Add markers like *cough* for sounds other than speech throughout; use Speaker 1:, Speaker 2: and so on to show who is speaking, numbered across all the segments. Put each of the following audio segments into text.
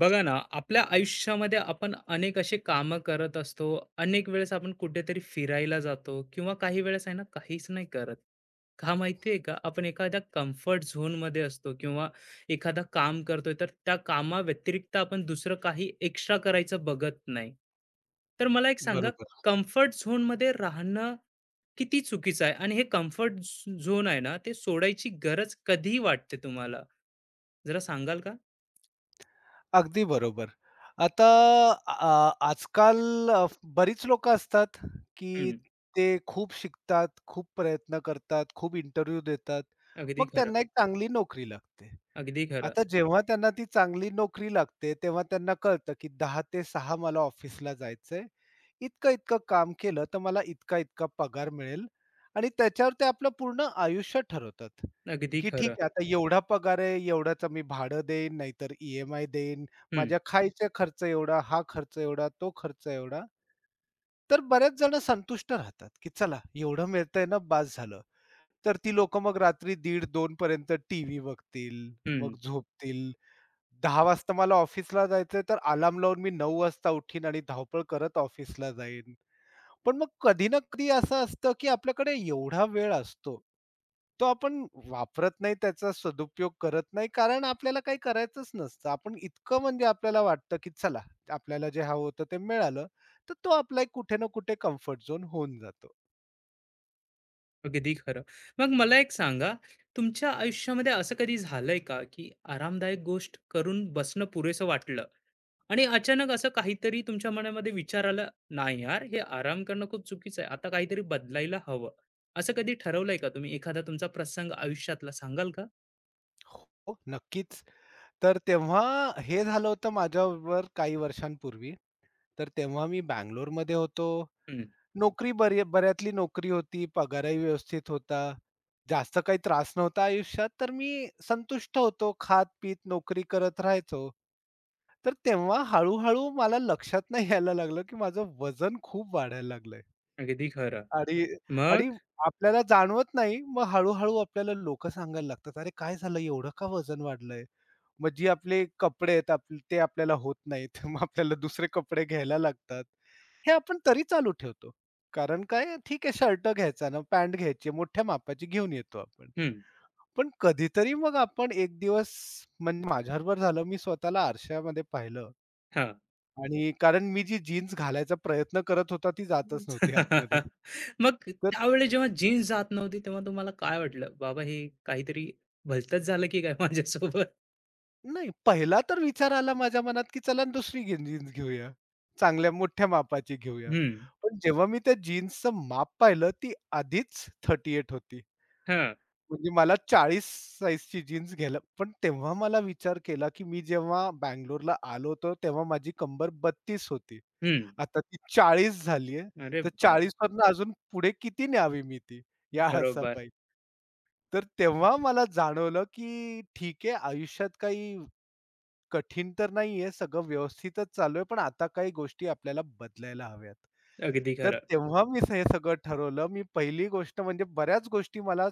Speaker 1: बघा ना, आपल्या आयुष्यामध्ये आपण अनेक असे कामं करत असतो. अनेक वेळेस आपण कुठेतरी फिरायला जातो किंवा काही वेळेस आहे ना, काहीच नाही करत. का माहिती आहे का? आपण एखाद्या कम्फर्ट झोनमध्ये असतो किंवा एखादं काम करतोय, तर त्या कामाव्यतिरिक्त आपण दुसरं काही एक्स्ट्रा करायचं बघत नाही. तर मला एक सांगा,
Speaker 2: बरोबर.
Speaker 1: कम्फर्ट झोनमध्ये राहणं किती चुकीचं आहे? आणि हे कम्फर्ट झोन आहे ना, ते सोडायची गरज कधी वाटते तुम्हाला? जरा सांगाल का?
Speaker 2: अगदी बरोबर. आता आ आजकाल, बरीच लोकं असतात, की
Speaker 1: हं.
Speaker 2: ते खूप शिकतात, खूप प्रयत्न करतात, खूप इंटरव्ह्यू देतात.
Speaker 1: अगदी
Speaker 2: मग
Speaker 1: खरं.
Speaker 2: त्यांना एक चांगली नोकरी लागते.
Speaker 1: अगदी खरं,
Speaker 2: आता जेव्हा त्यांना ती चांगली नोकरी लागते, तेव्हा त्यांना कळतं, की 10 ते 6 मला ऑफिसला जायचंय. इतकं-इतकं काम केलं तर मला इतका-इतका पगार मिळेल आणि त्याच्यावर ते आपलं पूर्ण आयुष्य ठरवतात,
Speaker 1: अगदी
Speaker 2: की
Speaker 1: खरं.
Speaker 2: ठीक आहे आता एवढा पगार आहे, एवढाच मी भाडं देईन, नाहीतर देईन,
Speaker 1: हं,
Speaker 2: माझ्या खायचा खर्च एवढा, हा खर्च एवढा, तो खर्च एवढा. तर बरेच जण संतुष्ट राहतात, की चला एवढं मिळतंय ना बास झालं. तर ती लोकं मग रात्री 1:30-2 पर्यंत टीव्ही बघतील,
Speaker 1: हं.
Speaker 2: मग झोपतील. 10:00 वाजता मला ऑफिसला जायचंय तर अलार्म लावून मी 9:00 वाजता उठीन आणि धावपळ करत ऑफिसला जाईन. पण मग कधी ना कधी असं असतं, की आपल्याकडे एवढा वेळ असतो, तो आपण वापरत नाही, त्याचा सदुपयोग करत नाही, कारण आपल्याला काही करायचंच नसतं. आपण इतकं म्हणजे आपल्याला वाटतं, की चला आपल्याला जे हवं होतं ते मिळालं, तर तो आपला एक कुठे ना कुठे कम्फर्ट झोन होऊन जातो.
Speaker 1: अगदी खरं. मग मला एक सांगा, तुमच्या आयुष्यामध्ये असं कधी झालंय का, की आरामदायक गोष्ट करून बसणं पुरेसं वाटलं आणि अचानक असं काहीतरी तुमच्या मनामध्ये विचार आला, "नाही यार, हे आराम करणं खूप चुकीचं आहे. आता काहीतरी बदलायला हवं." असं कधी ठरवलंय का तुम्ही? एखादा तुमचा प्रसंग आयुष्यातला सांगाल का?
Speaker 2: हो, नक्कीच. तर तेव्हा हे झालं होतं माझ्याबरोबर काही वर्षांपूर्वी. तर तेव्हा मी बंगलोरमध्ये होतो.
Speaker 1: हं.
Speaker 2: नोकरी बऱ्यातली नोकरी होती, पगारही व्यवस्थित होता. जास्त काही त्रास नव्हता आयुष्यात, तर मी संतुष्ट होतो. खात-पीत नोकरी करत राहायचो. तर तेव्हा हळू-हळू मला लक्षात नाही यायला लागलं, की माझं वजन खूप वाढायला लागलंय.
Speaker 1: अगदी खरं.
Speaker 2: आणि आणि
Speaker 1: मग?
Speaker 2: आपल्याला जाणवत नाही. मग हळू आपल्याला लोकं सांगायला लागतात, "अरे, काय झालं? एवढं का वजन वाढलंय?" मग जी आपले कपडे आहेत ते आपल्याला होत नाहीत. *laughs* मग आपल्याला दुसरे कपडे घ्यायला लागतात. हे आपण तरी चालू ठेवतो. कारण काय ठीक आहे शर्ट घ्यायचा ना, पॅन्ट घ्यायची मोठ्या मापाची घेऊन येतो आपण.
Speaker 1: हं.
Speaker 2: पण कधीतरी मग आपण एक दिवस म्हणजे माझ्याबरोबर झालं मी स्वतःला आरशामध्ये पाहिलं
Speaker 1: हां.
Speaker 2: आणि कारण मी जी जीन्स घालायचा प्रयत्न करत होता ती जातच
Speaker 1: *laughs*
Speaker 2: नव्हती आतमध्ये.
Speaker 1: हं. मग
Speaker 2: तर
Speaker 1: त्यावेळेस जेव्हा जीन्स जात नव्हती, तेव्हा तुम्हाला काय वाटलं? बाबा हे काहीतरी भलतंच झालं की काय माझ्यासोबत?
Speaker 2: नाही, पहिला तर विचार आला माझ्या मनात, की चला ना दुसरी जीन्स घेऊया. चांगल्या मोठ्या मापाची घेऊया.
Speaker 1: हं.
Speaker 2: पण जेव्हा मी त्या जीन्सचं माप पाहिलं, ती आधीच 38 होती.
Speaker 1: हां.
Speaker 2: म्हणजे मला 40 साइजची जीन्स घ्यायला पण तेव्हा मला विचार केला, की मी जेव्हा बंगलोरला आलो होतो, तेव्हा माझी कंबर 32 होती.
Speaker 1: हं.
Speaker 2: आता ती 40 झाली
Speaker 1: अरे
Speaker 2: तर
Speaker 1: बाप!
Speaker 2: 40 वरनं अजून पुढे किती न्यावी मी ती? या
Speaker 1: बरोबर.
Speaker 2: हसापायी. तर तेव्हा मला जाणवलं, की ठीक आहे आयुष्यात काही कठीण तर नाहीये, सगळं व्यवस्थितच चालू आहे, पण आता काही गोष्टी आपल्याला बदलायला हव्यात.
Speaker 1: अगदी
Speaker 2: तर
Speaker 1: खरं.
Speaker 2: तेव्हा मी हे सगळं ठरवलं. मी पहिली गोष्ट म्हणजे बऱ्याच गोष्टी मला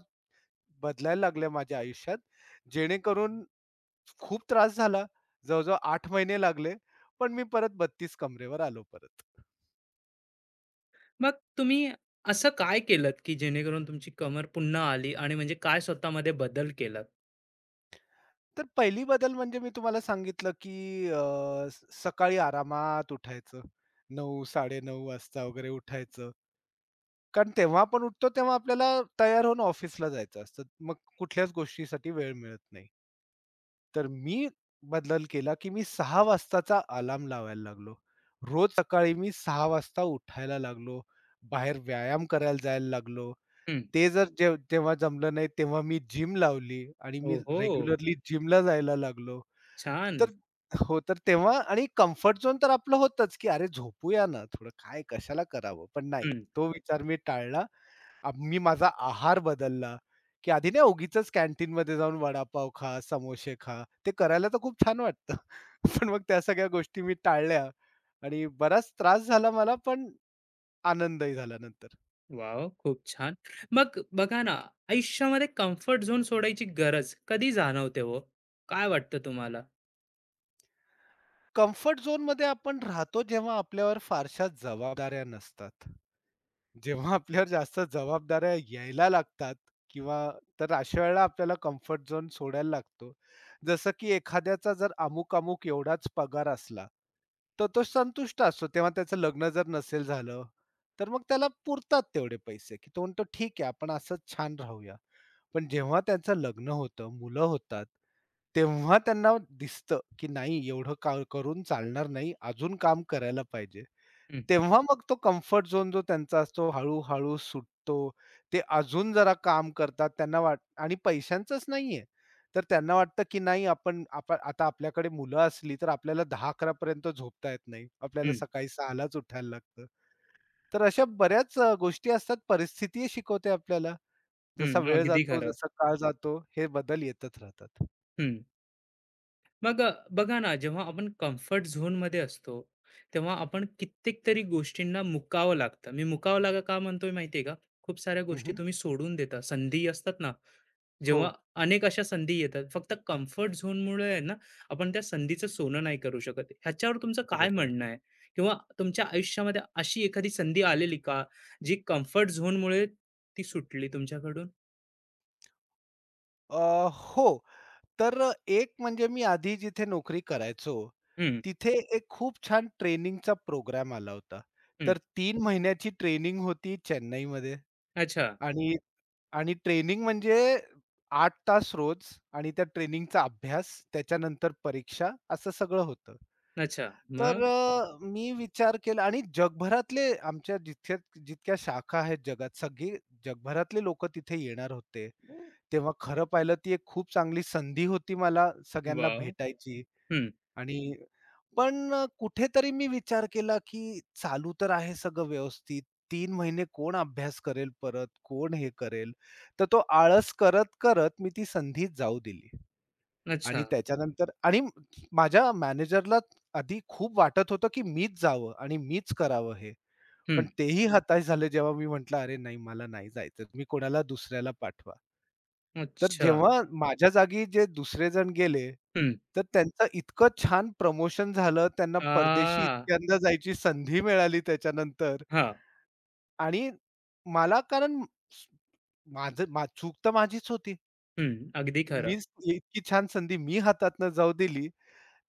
Speaker 2: बदलायला लागल्या माझ्या आयुष्यात, जेणेकरून खूप त्रास झाला. जवळ-जवळ 8 महिने लागले, पण मी परत 32 कमरेवर आलो परत.
Speaker 1: मग तुम्ही असं काय केलत की जेणेकरून तुमची कमर पुन्हा आली आणि म्हणजे काय स्वतःमध्ये बदल केलात?
Speaker 2: तर पहिली बदल म्हणजे मी तुम्हाला सांगितलं, की सकाळी आरामात उठायचं. 9:30 वाजता वगैरे उठायचं. कारण तेव्हा आपण उठतो तेव्हा आपल्याला तयार होऊन ऑफिसला जायचं असतं. मग कुठल्याच गोष्टीसाठी वेळ मिळत नाही. तर मी बदल केला, की मी 6:00 वाजताचा अलार्म लावायला लागलो. रोज सकाळी मी 6:00 वाजता उठायला लागलो. बाहेर व्यायाम करायला जायला लागलो.
Speaker 1: हं.
Speaker 2: ते जर जेव्हा जमलं नाही तेव्हा मी जिम लावली आणि मी
Speaker 1: ओहो!
Speaker 2: रेग्युलरली जिमला जायला लागलो.
Speaker 1: छान.
Speaker 2: तर हो, तर तेव्हा आणि कम्फर्ट झोन तर आपलं होतंच, की अरे झोपूया ना थोडं, काय कशाला करावं? पण नाही,
Speaker 1: हं.
Speaker 2: तो विचार मी टाळला. मी माझा आहार बदलला, की आधी नाही उगीचच कॅन्टीनमध्ये जाऊन वडापाव खा, समोसे खा. ते करायला तर खूप छान वाटतं. *laughs* पण मग त्या सगळ्या गोष्टी मी टाळल्या आणि बराच त्रास झाला मला, पण आनंदही झाला नंतर.
Speaker 1: वॉव! खूप छान. मग बघा ना, आयुष्यामध्ये कम्फर्ट झोन सोडायची गरज कधी जाणवते हो? काय वाटतं तुम्हाला?
Speaker 2: कम्फर्ट झोनमध्ये आपण राहतो, जेव्हा आपल्यावर फारशा जबाबदाऱ्या नसतात. जेव्हा आपल्यावर जास्त जबाबदाऱ्या यायला लागतात किंवा तर अशा वेळेला आपल्याला कम्फर्ट झोन सोडायला लागतो. जसं की एखाद्याचा जर अमुक-अमुक एवढाच पगार असला, तर तो संतुष्ट असतो. तेव्हा त्याचं लग्न जर नसेल झालं, तर मग त्याला पुरतात तेवढे पैसे, की तो म्हणतो ठीक आहे आपण असंच छान राहूया. पण जेव्हा त्यांचं लग्न होतं, मुलं होतात, तेव्हा त्यांना दिसतं, की नाही एवढं का करून चालणार नाही, अजून काम करायला पाहिजे.
Speaker 1: हं,
Speaker 2: तेव्हा मग तो कम्फर्ट झोन जो त्यांचा असतो हळू-हळू सुटतो. ते अजून जरा काम करतात. त्यांना वाट आणि पैशांचंच नाहीये. तर त्यांना वाटतं, की नाही आपण आता आपल्याकडे मुलं असली तर आपल्याला 10-11 पर्यंत झोपता येत नाही. आपल्याला सकाळी 6 उठायला लागतं. तर अशा बऱ्याच गोष्टी असतात. परिस्थितीही शिकवते आपल्याला.
Speaker 1: हं,
Speaker 2: जसा वेळ
Speaker 1: अगदी
Speaker 2: जातो,
Speaker 1: खरं.
Speaker 2: जसा काळ जातो, हे बदल येतच राहतात.
Speaker 1: हं. मग बघा ना, जेव्हा आपण कम्फर्ट झोनमध्ये असतो, तेव्हा आपण कित्येक तरी गोष्टींना मुकावं लागतं. मी मुकावं लागा का म्हणतोय माहिती आहे का? खूप साऱ्या गोष्टी
Speaker 2: हं,
Speaker 1: तुम्ही सोडून देता. संधी असतात ना,
Speaker 2: हो,
Speaker 1: जेव्हा अनेक अशा संधी येतात. फक्त कम्फर्ट झोनमुळे आहे ना, आपण त्या संधीचं सोनं नाही करू शकत. ह्याच्यावर तुमचं काय
Speaker 2: बरोबर आहे.
Speaker 1: म्हणणं आहे? किंवा तुमच्या आयुष्यामध्ये अशी एखादी संधी आलेली का, जी कम्फर्ट झोनमुळे ती सुटली तुमच्याकडून?
Speaker 2: अ, हो. तर एक म्हणजे मी आधी जिथे नोकरी करायचो,
Speaker 1: हं,
Speaker 2: तिथे एक खूप छान ट्रेनिंगचा प्रोग्राम आला होता.
Speaker 1: हं.
Speaker 2: तर 3 महिन्याची ट्रेनिंग होती चेन्नईमध्ये
Speaker 1: अच्छा,
Speaker 2: आणि आणि ट्रेनिंग म्हणजे 8 तास रोज आणि त्या ट्रेनिंगचा अभ्यास, त्याच्यानंतर परीक्षा असं सगळं होतं.
Speaker 1: अच्छा.
Speaker 2: तर
Speaker 1: मग?
Speaker 2: मी विचार केला आणि जगभरातले आमच्या जिथे जितक्या शाखा आहेत जगात, सगळी जगभरातले लोकं तिथे येणार होते. तेव्हा खरं पाहिलं ती एक खूप चांगली संधी होती मला सगळ्यांना
Speaker 1: वाव,
Speaker 2: भेटायची.
Speaker 1: हं.
Speaker 2: आणि पण कुठेतरी मी विचार केला, की चालू तर आहे सगळं व्यवस्थित. 3 महिने कोण अभ्यास करेल परत? कोण हे करेल? तर तो आळस करत-करत मी ती संधी जाऊ दिली. आणि
Speaker 1: अच्छा.
Speaker 2: त्याच्यानंतर माझ्या मॅनेजरला आधी खूप वाटत होतं, की मीच जावं आणि मीच करावं हे. पण
Speaker 1: हं.
Speaker 2: तेही हताश झाले जेव्हा मी म्हटलं, "अरे नाही, मला नाही जायचं. मी कोणाला दुसऱ्याला पाठवा." तर
Speaker 1: अच्छा.
Speaker 2: जेव्हा माझ्या जागी जे दुसरे जण गेले,
Speaker 1: हं.
Speaker 2: तर त्यांचं इतकं छान प्रमोशन झालं, त्यांना परदेशी
Speaker 1: आ,
Speaker 2: इतक्यांदा जायची संधी मिळाली त्याच्यानंतर.
Speaker 1: हां.
Speaker 2: आणि मला कारण स- माझं चूक तर माझीच होती.
Speaker 1: हं. अगदी खरं,
Speaker 2: मीच इतकी छान संधी मी हातातनं जाऊ दिली.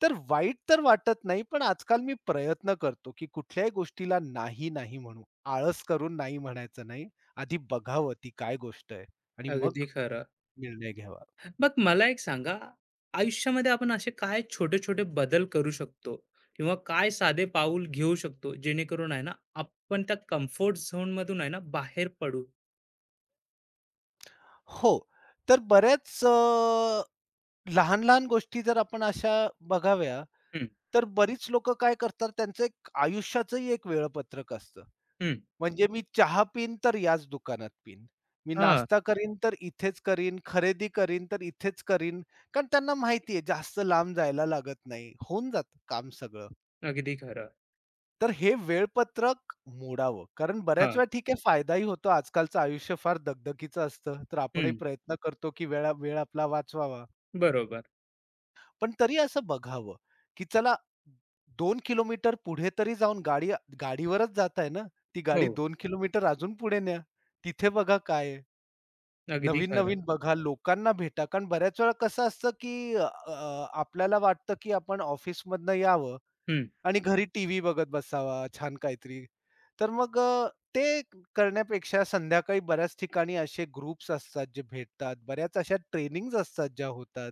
Speaker 2: तर वाईट तर वाटत नाही, पण आजकाल मी प्रयत्न करतो, की कुठल्याही गोष्टीला नाही, नाही म्हणू. आळस करून नाही म्हणायचं नाही. आधी बघावं ती काय गोष्ट आहे आणि मग
Speaker 1: अगदी खरं.
Speaker 2: निर्णय घ्यावा.
Speaker 1: मग मला एक सांगा, आयुष्यामध्ये आपण असे काय छोटे-छोटे बदल करू शकतो किंवा काय साधे पाऊल घेऊ शकतो, जेणेकरून आहे ना, आपण त्या कम्फर्ट झोनमधून आहे ना, बाहेर पडू?
Speaker 2: हो. तर बऱ्याच लहान-लहान गोष्टी जर आपण अशा बघाव्या,
Speaker 1: हं,
Speaker 2: तर बरीच लोकं काय करतात त्यांचं एक आयुष्याचंही एक वेळापत्रक असतं.
Speaker 1: हं.
Speaker 2: म्हणजे मी चहा पीन तर याच दुकानात पीन. मी
Speaker 1: हां,
Speaker 2: नाश्ता करीन तर इथेच करीन, खरेदी करीन तर इथेच करीन. कारण त्यांना माहिती आहे जास्त लांब जायला लागत नाही. होऊन जातं काम सगळं.
Speaker 1: अगदी खरं.
Speaker 2: तर हे वेळपत्रक मोडावं. कारण बऱ्याच
Speaker 1: हां.
Speaker 2: वेळा ठीक आहे फायदाही होतो. आजकालचं आयुष्य फार दगदगीचं असतं. तर आपणही
Speaker 1: हं.
Speaker 2: प्रयत्न करतो, की वेळ आपला वाचवावा.
Speaker 1: बरोबर.
Speaker 2: पण तरी असं बघावं, की चला 2 किलोमीटर पुढे तरी जाऊन गाडीवरच जाताय ना, ती गाडी
Speaker 1: हो,
Speaker 2: 2 किलोमीटर अजून पुढे न्या. तिथे बघा काय आहे.
Speaker 1: अगदी खरं.
Speaker 2: नवीन-नवीन बघा, लोकांना भेटा. कारण बऱ्याच वेळा कसं असतं, की अ, अ, आपल्याला वाटतं, की आपण ऑफिसमधनं यावं
Speaker 1: हं,
Speaker 2: आणि घरी टीव्ही बघत बसावा छान काहीतरी. तर मग ते करण्यापेक्षा संध्याकाळी बऱ्याच ठिकाणी असे ग्रुप्स असतात जे भेटतात. बऱ्याच अशा ट्रेनिंग्ज असतात ज्या होतात.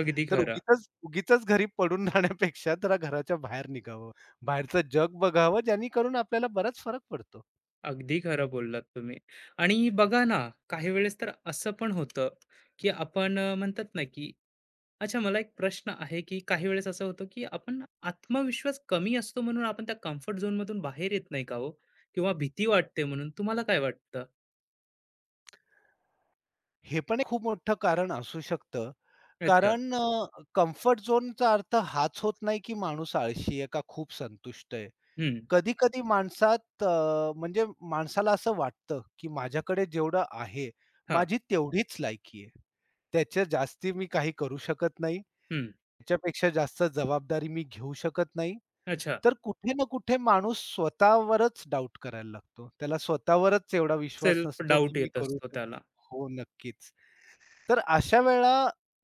Speaker 1: अगदी
Speaker 2: तर
Speaker 1: खरं.
Speaker 2: उगीचच उगीचच घरी पडून *laughs* राहण्यापेक्षा जरा घराच्या बाहेर निघावं. बाहेरचं जग बघावं जेणेकरून आपल्याला बराच फरक पडतो.
Speaker 1: अगदी खरं बोललात तुम्ही. आणि बघा ना, काही वेळेस तर असं पण होतं, की आपण म्हणतात ना, की अच्छा मला एक प्रश्न आहे, की काही वेळेस असं होतं, की आपण आत्मविश्वास कमी असतो म्हणून आपण त्या कम्फर्ट झोनमधून बाहेर येत नाही का हो? किंवा भीती वाटते म्हणून तुम्हाला काय वाटतं?
Speaker 2: हे पण एक खूप मोठं कारण असू शकतं.
Speaker 1: अच्छा.
Speaker 2: कारण कम्फर्ट झोनचा अर्थ हाच होत नाही की माणूस आळशी आहे का खूप संतुष्ट आहे.
Speaker 1: हं.
Speaker 2: कधी-कधी माणसात म्हणजे माणसाला असं वाटतं, की माझ्याकडे जेवढं आहे,
Speaker 1: हां.
Speaker 2: माझी तेवढीच लायकी आहे. त्याच्या जास्ती मी काही करू शकत नाही.
Speaker 1: हं.
Speaker 2: त्याच्यापेक्षा जास्त जबाबदारी मी घेऊ शकत नाही.
Speaker 1: अच्छा.
Speaker 2: तर कुठे ना कुठे माणूस स्वतःवरच डाउट करायला लागतो. त्याला स्वतःवरच एवढा विश्वास
Speaker 1: सेल्फ
Speaker 2: नसतो, की
Speaker 1: डाउट
Speaker 2: मी
Speaker 1: येत
Speaker 2: करू
Speaker 1: असतो
Speaker 2: शकेन.
Speaker 1: त्याला.
Speaker 2: हो, नक्कीच. तर अशा वेळा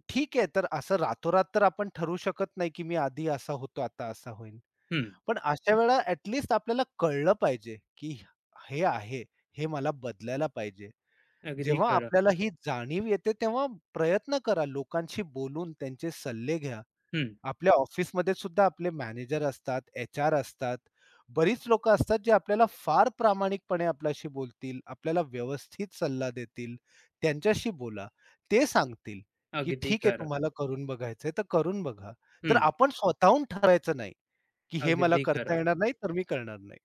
Speaker 2: ठीक आहे, तर असं रातोरात तर आपण ठरवू शकत नाही, की मी आधी असा होतो, आता असा होईन.
Speaker 1: हं.
Speaker 2: पण अशा वेळा ॲट लिस्ट आपल्याला कळलं पाहिजे, की हे आहे, हे मला बदलायला पाहिजे.
Speaker 1: अगदी
Speaker 2: जेव्हा
Speaker 1: खरं.
Speaker 2: आपल्याला ही जाणीव येते, तेव्हा प्रयत्न करा लोकांशी बोलून त्यांचे सल्ले घ्या.
Speaker 1: हं.
Speaker 2: आपल्या ऑफिसमध्ये सुद्धा आपले मॅनेजर असतात, एच-आर असतात. बरीच लोकं असतात, जे आपल्याला फार प्रामाणिकपणे आपल्याशी बोलतील, आपल्याला व्यवस्थित सल्ला देतील. त्यांच्याशी बोला. ते सांगतील, की
Speaker 1: अगदी
Speaker 2: "ठीक आहे,
Speaker 1: खरं.
Speaker 2: तुम्हाला करून बघायचंय, तर करून बघा." तर
Speaker 1: हं.
Speaker 2: आपण स्वतःहून ठरवायचं नाही. की हे मला
Speaker 1: अगदी
Speaker 2: करता
Speaker 1: खरं.
Speaker 2: येणार नाही, तर मी करणार नाही.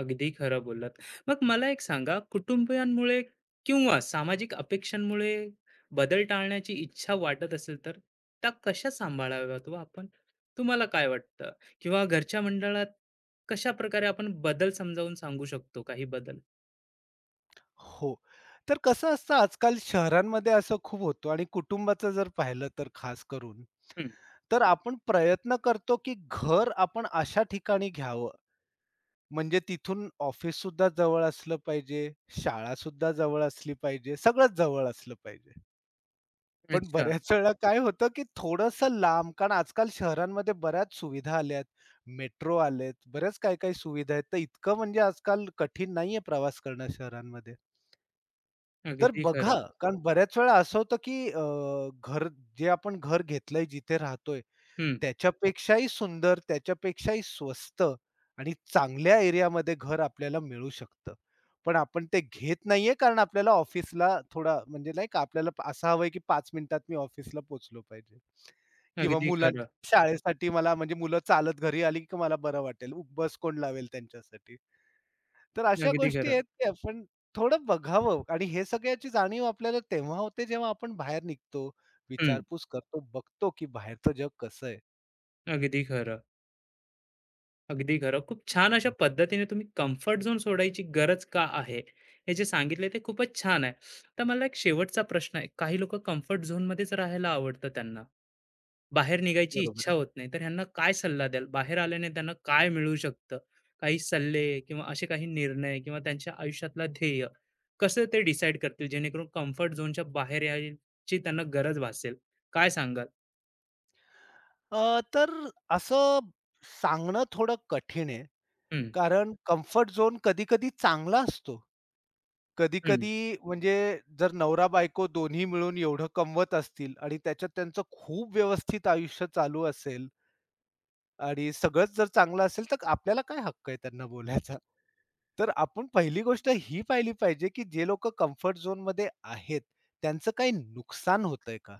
Speaker 1: अगदी खरं बोललात. मग मला एक सांगा, कुटुंबियांमुळे किंवा सामाजिक अपेक्षांमुळे बदल टाळण्याची इच्छा वाटत असेल तर, त्या कशा सांभाळाव्यात हो आपण? तुम्हाला काय वाटतं? किंवा घरच्या मंडळात कशा प्रकारे आपण बदल समजावून सांगू शकतो काही बदल?
Speaker 2: हो. तर कसं असतं आजकाल शहरांमध्ये असं खूप होतो आणि कुटुंबाचं जर पाहिलं तर खास करून,
Speaker 1: हं,
Speaker 2: तर आपण प्रयत्न करतो की घर आपण अशा ठिकाणी घ्यावं, म्हणजे तिथून ऑफिससुद्धा जवळ असलं पाहिजे, शाळासुद्धा जवळ असली पाहिजे, सगळंच जवळ असलं पाहिजे. पण
Speaker 1: अच्छा.
Speaker 2: बऱ्याच वेळा काय होतं, की थोडंसं लांब कारण आजकाल शहरांमध्ये बऱ्याच सुविधा आल्यात. मेट्रो आलेत, बऱ्याच काही-काही सुविधा आहेत. तर इतकं म्हणजे आजकाल कठीण नाहीये प्रवास करणं शहरांमध्ये. तर
Speaker 1: अगदी
Speaker 2: बघा,
Speaker 1: खरं.
Speaker 2: हो. कारण बऱ्याच वेळा असं होतं, की घर जे आपण घर घेतलंय जिथे राहतोय,
Speaker 1: हं,
Speaker 2: त्याच्यापेक्षाही सुंदर, त्याच्यापेक्षाही स्वस्त आणि चांगल्या एरियामध्ये घर आपल्याला मिळू शकतं. पण आपण ते घेत नाहीये कारण आपल्याला ऑफिसला थोडा म्हणजे नाही का आपल्याला असं हवंय की 5 मिनिटात मी ऑफिसला पोहोचलो पाहिजे किंवा
Speaker 1: अगदी खरं.
Speaker 2: मुलांच्या शाळेसाठी मला म्हणजे मुलं चालत घरी आली की मला बरं वाटेल. बस कोण लावेल त्यांच्यासाठी. तर अशा
Speaker 1: अगदी
Speaker 2: गोष्टी
Speaker 1: खरं.
Speaker 2: आहेत की आपण थोडं बघावं आणि हे सगळ्याची जाणीव आपल्याला तेव्हा होते जेव्हा आपण बाहेर निघतो,
Speaker 1: हं,
Speaker 2: विचारपूस करतो, बघतो की बाहेरचं जग कसं आहे.
Speaker 1: अगदी खरं. अगदी खरं. खूप छान अशा पद्धतीने तुम्ही कम्फर्ट झोन सोडायची गरज का आहे, हे जे सांगितले ते खूपच छान आहे. तर मला एक शेवटचा प्रश्न आहे. काही लोकं कम्फर्ट झोनमध्येच राहायला आवडतं त्यांना. बाहेर निघायची इच्छा
Speaker 2: बरोबर.
Speaker 1: होत नाही. तर ह्यांना काय सल्ला द्याल? बाहेर आल्याने त्यांना काय मिळू शकतं? काही सल्ले किंवा असे काही निर्णय किंवा त्यांच्या आयुष्यातला ध्येय कसं ते डिसाईड करतील जेणेकरून कम्फर्ट झोनच्या बाहेर यायची त्यांना गरज भासेल? काय सांगाल?
Speaker 2: तर असं सांगणं थोडं कठीण आहे.
Speaker 1: हं,
Speaker 2: कारण कम्फर्ट झोन कधी-कधी चांगला असतो.
Speaker 1: हं.
Speaker 2: कधी-कधी म्हणजे जर नवरा-बायको दोन्ही मिळून एवढं कमवत असतील आणि त्याच्यात त्यांचं खूप व्यवस्थित आयुष्य चालू असेल आणि सगळंच जर चांगलं असेल, तर आपल्याला काय हक्क आहे त्यांना बोलायचा? तर आपण पहिली गोष्ट ही पाहिली पाहिजे, की जे लोकं कम्फर्ट झोनमध्ये आहेत, त्यांचं काही नुकसान होतंय का?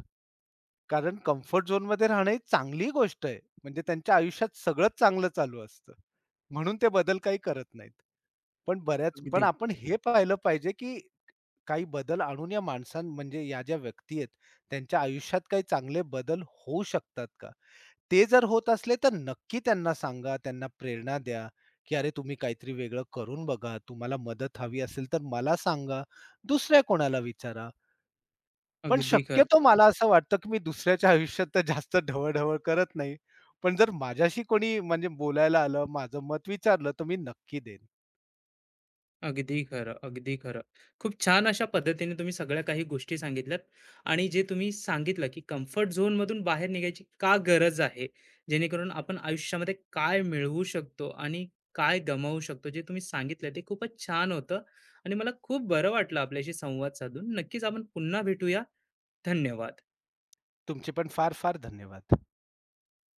Speaker 2: कारण कम्फर्ट झोनमध्ये राहणं ही चांगली गोष्ट आहे. म्हणजे त्यांच्या आयुष्यात सगळंच चांगलं चालू असतं. म्हणून ते बदल काही करत नाहीत. पण बऱ्याच पण
Speaker 1: अगदी,
Speaker 2: आपण हे पाहिलं पाहिजे, की काही बदल आणून या माणसां म्हणजे या ज्या व्यक्ती आहेत, त्यांच्या आयुष्यात काही चांगले बदल होऊ शकतात का? ते जर होत असले तर नक्की त्यांना सांगा, त्यांना प्रेरणा द्या, की "अरे तुम्ही काहीतरी वेगळं करून बघा. तुम्हाला मदत हवी असेल तर मला सांगा. दुसऱ्या कोणाला विचारा." पण
Speaker 1: अगदी खरं.
Speaker 2: शक्यतो मला असं वाटतं, की मी दुसऱ्याच्या आयुष्यात तर जास्त ढवळ करत नाही. पण जर माझ्याशी कोणी म्हणजे बोलायला आलं, माझं मत विचारलं, तर मी नक्की देईन.
Speaker 1: अगदी खरं, अगदी खरं. खूप छान अशा पद्धतीने तुम्ही सगळ्या काही गोष्टी सांगितल्यात आणि जे तुम्ही सांगितलं, की कम्फर्ट झोनमधून बाहेर निघायची का गरज आहे? जेणेकरून आपण आयुष्यामध्ये काय मिळवू शकतो आणि काय गमावू शकतो? जे तुम्ही सांगितलं ते खूपच छान होतं आणि मला खूप बरं वाटलं आपल्याशी संवाद साधून. नक्कीच आपण पुन्हा भेटूया. धन्यवाद.
Speaker 2: तुमचे पण फार-फार धन्यवाद.